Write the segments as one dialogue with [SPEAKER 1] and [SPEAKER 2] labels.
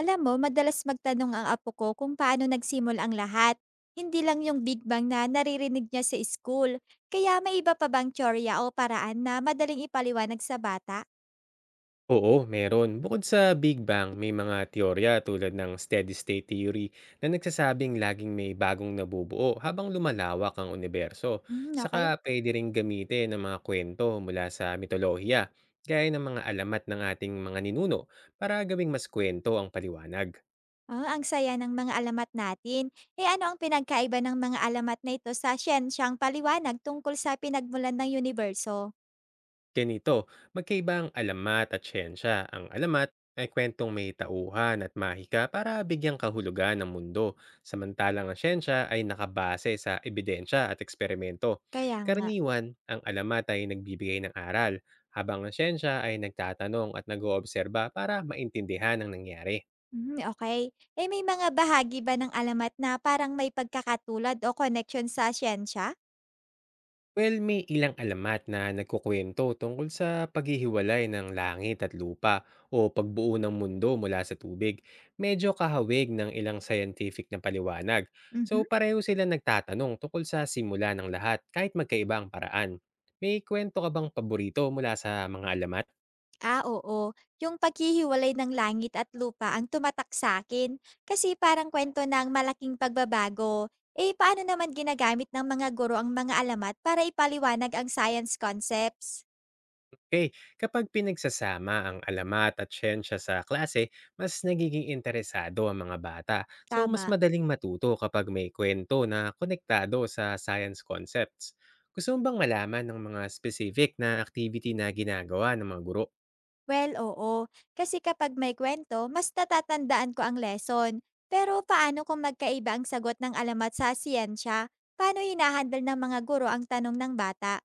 [SPEAKER 1] Alam mo, madalas magtanong ang apo ko kung paano nagsimul ang lahat. Hindi lang yung Big Bang na naririnig niya sa school. Kaya may iba pa bang teorya o paraan na madaling ipaliwanag sa bata?
[SPEAKER 2] Oo, meron. Bukod sa Big Bang, may mga teorya tulad ng steady state theory na nagsasabing laging may bagong nabubuo habang lumalawak ang universo.
[SPEAKER 1] Hmm,
[SPEAKER 2] Saka
[SPEAKER 1] okay.
[SPEAKER 2] pwede ring gamitin ng mga kwento mula sa mitolohiya, gaya ng mga alamat ng ating mga ninuno para gawing mas kwento ang paliwanag.
[SPEAKER 1] Ah, ang saya ng mga alamat natin. Eh ano ang pinagkaiba ng mga alamat na ito sa siyensyang paliwanag tungkol sa pinagmulan ng universo?
[SPEAKER 2] Ganito, magkaiba ang alamat at siyensya. Ang alamat ay kwentong may tauhan at mahika para bigyang kahulugan ng mundo, samantalang ang siyensya ay nakabase sa ebidensya at eksperimento.
[SPEAKER 1] Kaya nga.
[SPEAKER 2] Karaniwan, ang alamat ay nagbibigay ng aral, habang ang siyensya ay nagtatanong at nag-oobserba para maintindihan ang nangyari.
[SPEAKER 1] Hmm, okay. Eh may mga bahagi ba ng alamat na parang may pagkakatulad o connection sa siyensya?
[SPEAKER 2] Well, may ilang alamat na nagkukwento tungkol sa paghihiwalay ng langit at lupa o pagbuo ng mundo mula sa tubig. Medyo kahawig ng ilang scientific na paliwanag. So
[SPEAKER 1] Mm-hmm.
[SPEAKER 2] pareho sila nagtatanong tungkol sa simula ng lahat kahit magkaiba ang paraan. May kwento ka bang paborito mula sa mga alamat?
[SPEAKER 1] Ah, oo. Yung paghihiwalay ng langit at lupa ang tumatak sa akin kasi parang kwento ng malaking pagbabago. Eh, paano naman ginagamit ng mga guro ang mga alamat para ipaliwanag ang science concepts?
[SPEAKER 2] Okay, kapag pinagsasama ang alamat at siyensya sa klase, mas nagiging interesado ang mga bata. So, mas
[SPEAKER 1] Tama.
[SPEAKER 2] madaling matuto kapag may kwento na konektado sa science concepts. Gusto mo bang malaman ng mga specific na activity na ginagawa ng mga guro?
[SPEAKER 1] Well, oo. Kasi kapag may kwento, mas natatandaan ko ang lesson. Pero paano kung magkaiba ang sagot ng alamat sa siyensya? Paano hinahandle ng mga guro ang tanong ng bata?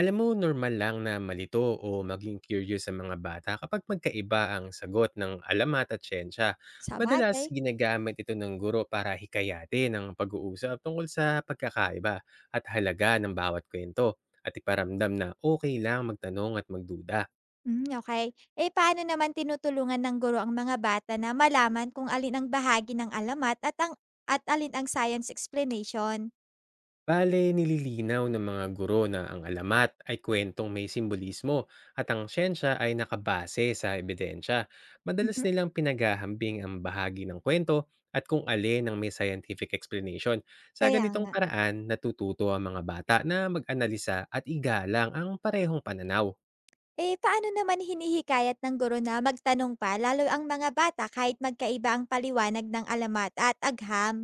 [SPEAKER 2] Alam mo, normal lang na malito o maging curious sa mga bata kapag magkaiba ang sagot ng alamat at siyensya.
[SPEAKER 1] Sa
[SPEAKER 2] Madalas,
[SPEAKER 1] bagay.
[SPEAKER 2] ginagamit ito ng guro para hikayatin ang pag-uusap tungkol sa pagkakaiba at halaga ng bawat kwento at iparamdam na okay lang magtanong at magduda.
[SPEAKER 1] Hmm, okay. Eh, paano naman tinutulungan ng guro ang mga bata na malaman kung alin ang bahagi ng alamat at alin ang science explanation?
[SPEAKER 2] Bale, nililinaw ng mga guro na ang alamat ay kwentong may simbolismo at ang siyensya ay nakabase sa ebidensya. Madalas
[SPEAKER 1] Mhm.
[SPEAKER 2] nilang pinaghahambing ang bahagi ng kwento at kung alin ang may scientific explanation. Sa
[SPEAKER 1] Kaya
[SPEAKER 2] ganitong
[SPEAKER 1] nga.
[SPEAKER 2] paraan, natututo ang mga bata na mag-analisa at igalang ang parehong pananaw.
[SPEAKER 1] Eh, paano naman hinihikayat ng guro na magtanong pa lalo ang mga bata kahit magkaiba ang paliwanag ng alamat at agham?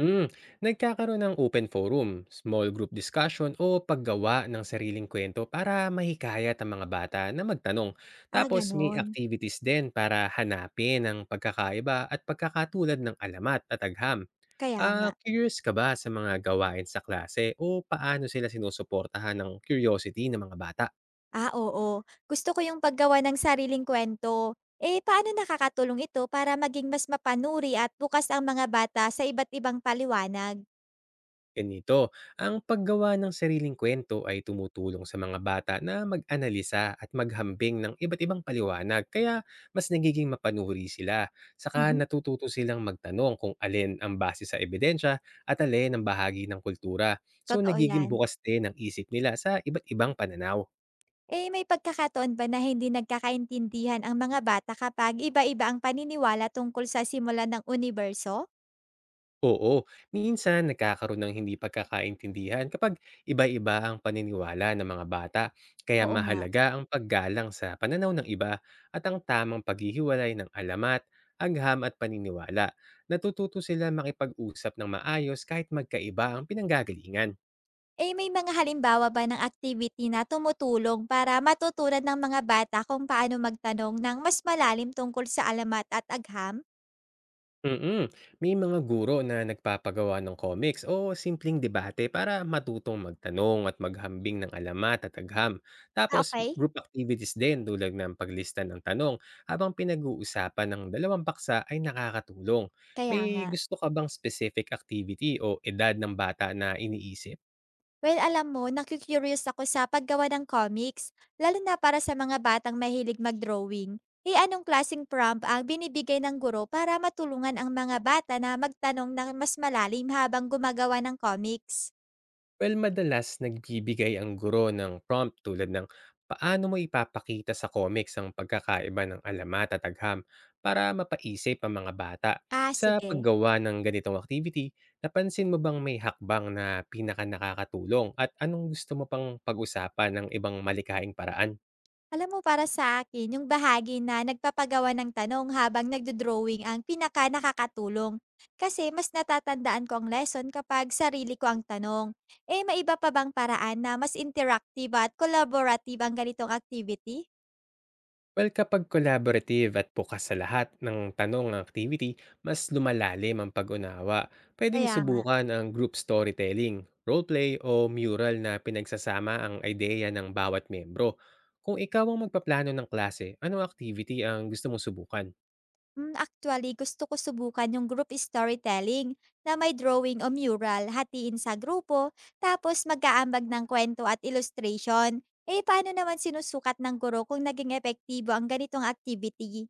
[SPEAKER 2] Mm, Nagkakaroon ng open forum, small group discussion o paggawa ng sariling kwento para mahikayat ang mga bata na magtanong.
[SPEAKER 1] Ah,
[SPEAKER 2] Tapos may
[SPEAKER 1] gano'n.
[SPEAKER 2] activities din para hanapin ang pagkakaiba at pagkakatulad ng alamat at agham.
[SPEAKER 1] Kaya nga.
[SPEAKER 2] Ah, curious ka ba sa mga gawain sa klase o paano sila sinusuportahan ng curiosity ng mga bata?
[SPEAKER 1] Ah, oo. Gusto ko yung paggawa ng sariling kwento. Eh, paano nakakatulong ito para maging mas mapanuri at bukas ang mga bata sa iba't ibang paliwanag?
[SPEAKER 2] Ganito, ang paggawa ng sariling kwento ay tumutulong sa mga bata na mag-analisa at maghambing ng iba't ibang paliwanag kaya mas nagiging mapanuri sila. Saka natututo silang magtanong kung alin ang base sa ebidensya at alin ang bahagi ng kultura. So
[SPEAKER 1] Totoo
[SPEAKER 2] nagiging
[SPEAKER 1] 'yan.
[SPEAKER 2] bukas din ang isip nila sa iba't ibang pananaw.
[SPEAKER 1] Eh, may pagkakataon ba na hindi nagkakaintindihan ang mga bata kapag iba-iba ang paniniwala tungkol sa simula ng uniberso?
[SPEAKER 2] Oo, minsan nagkakaroon ng hindi pagkakaintindihan kapag iba-iba ang paniniwala ng mga bata. Kaya
[SPEAKER 1] Oo nga.
[SPEAKER 2] mahalaga ang paggalang sa pananaw ng iba at ang tamang paghihiwalay ng alamat, agham at paniniwala. Natututo sila makipag-usap ng maayos kahit magkaiba ang pinanggagalingan.
[SPEAKER 1] Eh, may mga halimbawa ba ng activity na tumutulong para matutunan ng mga bata kung paano magtanong ng mas malalim tungkol sa alamat at agham?
[SPEAKER 2] Mm, May mga guro na nagpapagawa ng comics o simpleng debate para matutong magtanong at maghambing ng alamat at agham.
[SPEAKER 1] Ah,
[SPEAKER 2] Tapos
[SPEAKER 1] okay.
[SPEAKER 2] group activities din tulad ng paglista ng tanong habang pinag-uusapan ng dalawang paksa ay nakakatulong.
[SPEAKER 1] Kaya
[SPEAKER 2] May
[SPEAKER 1] nga.
[SPEAKER 2] gusto ka bang specific activity o edad ng bata na iniisip?
[SPEAKER 1] Well, alam mo, naku-curious ako sa paggawa ng comics, lalo na para sa mga batang mahilig mag-drawing. Eh anong klaseng prompt ang binibigay ng guro para matulungan ang mga bata na magtanong ng mas malalim habang gumagawa ng comics?
[SPEAKER 2] Well, madalas nagbibigay ang guro ng prompt tulad ng paano mo ipapakita sa comics ang pagkakaiba ng alamat at agham para mapaisip ang mga bata.
[SPEAKER 1] Ah,
[SPEAKER 2] Sa
[SPEAKER 1] sige.
[SPEAKER 2] paggawa ng ganitong activity, napansin mo bang may hakbang na pinaka nakakatulong at anong gusto mo pang pag-usapan ng ibang malikaing paraan?
[SPEAKER 1] Alam mo para sa akin yung bahagi na nagpapagawa ng tanong habang nagdo-drawing ang pinakanakakatulong. Kasi mas natatandaan ko ang lesson kapag sarili ko ang tanong. Eh, may iba pa bang paraan na mas interactive at collaborative ang ganitong activity?
[SPEAKER 2] Well, kapag collaborative at bukas sa lahat ng tanong ng activity, mas lumalalim ang pag-unawa. Pwedeng
[SPEAKER 1] Kaya nga.
[SPEAKER 2] subukan ang group storytelling, roleplay o mural na pinagsasama ang ideya ng bawat membro. Kung ikaw ang magpaplano ng klase, anong activity ang gusto mong subukan?
[SPEAKER 1] Hmm, actually gusto ko subukan yung group storytelling na may drawing o mural, hatiin sa grupo, tapos mag-aambag ng kwento at illustration. Eh, paano naman sinusukat ng guro kung naging epektibo ang ganitong activity?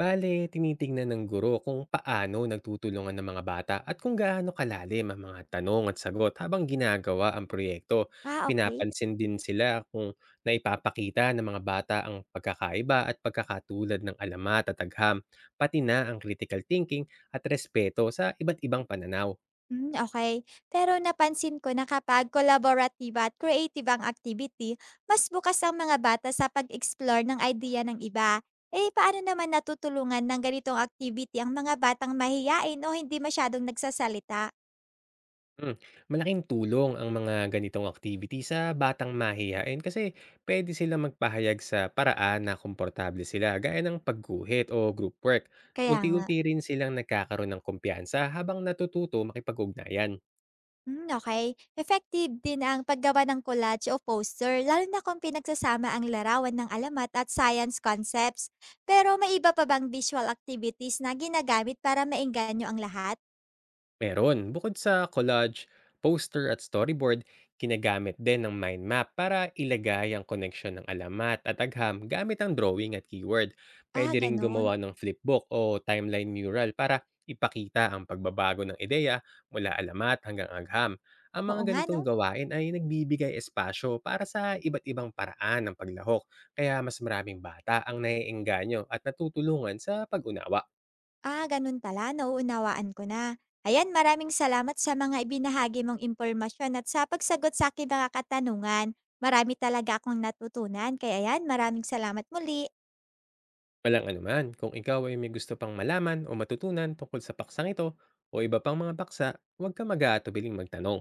[SPEAKER 2] Bale, tinitingnan ng guro kung paano nagtutulungan ng mga bata at kung gaano kalalim ang mga tanong at sagot habang ginagawa ang proyekto.
[SPEAKER 1] Ah, okay.
[SPEAKER 2] Pinapansin din sila kung naipapakita ng mga bata ang pagkakaiba at pagkakatulad ng alamat at agham, pati na ang critical thinking at respeto sa iba't ibang pananaw.
[SPEAKER 1] Hmm, okay. Pero napansin ko na kapag collaborative at creative ang activity, mas bukas ang mga bata sa pag-explore ng idea ng iba. Eh, paano naman natutulungan ng ganitong activity ang mga batang mahiyain o hindi masyadong nagsasalita?
[SPEAKER 2] Hmm, Malaking tulong ang mga ganitong activity sa batang mahiyain kasi pwede silang magpahayag sa paraan na komportable sila gaya ng pagguhit o group work.
[SPEAKER 1] Kaya nga.
[SPEAKER 2] Unti-unti rin silang nagkakaroon ng kumpiyansa habang natututo makipag-ugnayan.
[SPEAKER 1] Hmm, okay. Effective din ang paggawa ng collage o poster lalo na kung pinagsasama ang larawan ng alamat at science concepts. Pero may iba pa bang visual activities na ginagamit para maengganyo ang lahat?
[SPEAKER 2] Meron. Bukod sa collage, poster at storyboard, kinagamit din ng mind map para ilagay ang koneksyon ng alamat at agham gamit ang drawing at keyword.
[SPEAKER 1] Ah,
[SPEAKER 2] Pwede ring
[SPEAKER 1] gano'n.
[SPEAKER 2] gumawa ng flipbook o timeline mural para ipakita ang pagbabago ng ideya mula alamat hanggang agham. Ang mga
[SPEAKER 1] Oo nga
[SPEAKER 2] ganitong
[SPEAKER 1] 'no.
[SPEAKER 2] gawain ay nagbibigay espasyo para sa iba't ibang paraan ng paglahok, kaya mas maraming bata ang naiengganyo at natutulungan sa pag-unawa.
[SPEAKER 1] Ah, gano'n pala, nauunawaan ko na. Ayan, maraming salamat sa mga ibinahagi mong impormasyon at sa pagsagot sa aking mga katanungan. Marami talaga akong natutunan, kaya ayan, maraming salamat muli.
[SPEAKER 2] Walang anuman, kung ikaw ay may gusto pang malaman o matutunan tungkol sa paksang ito o iba pang mga paksa, huwag ka mag-aatubiling magtanong.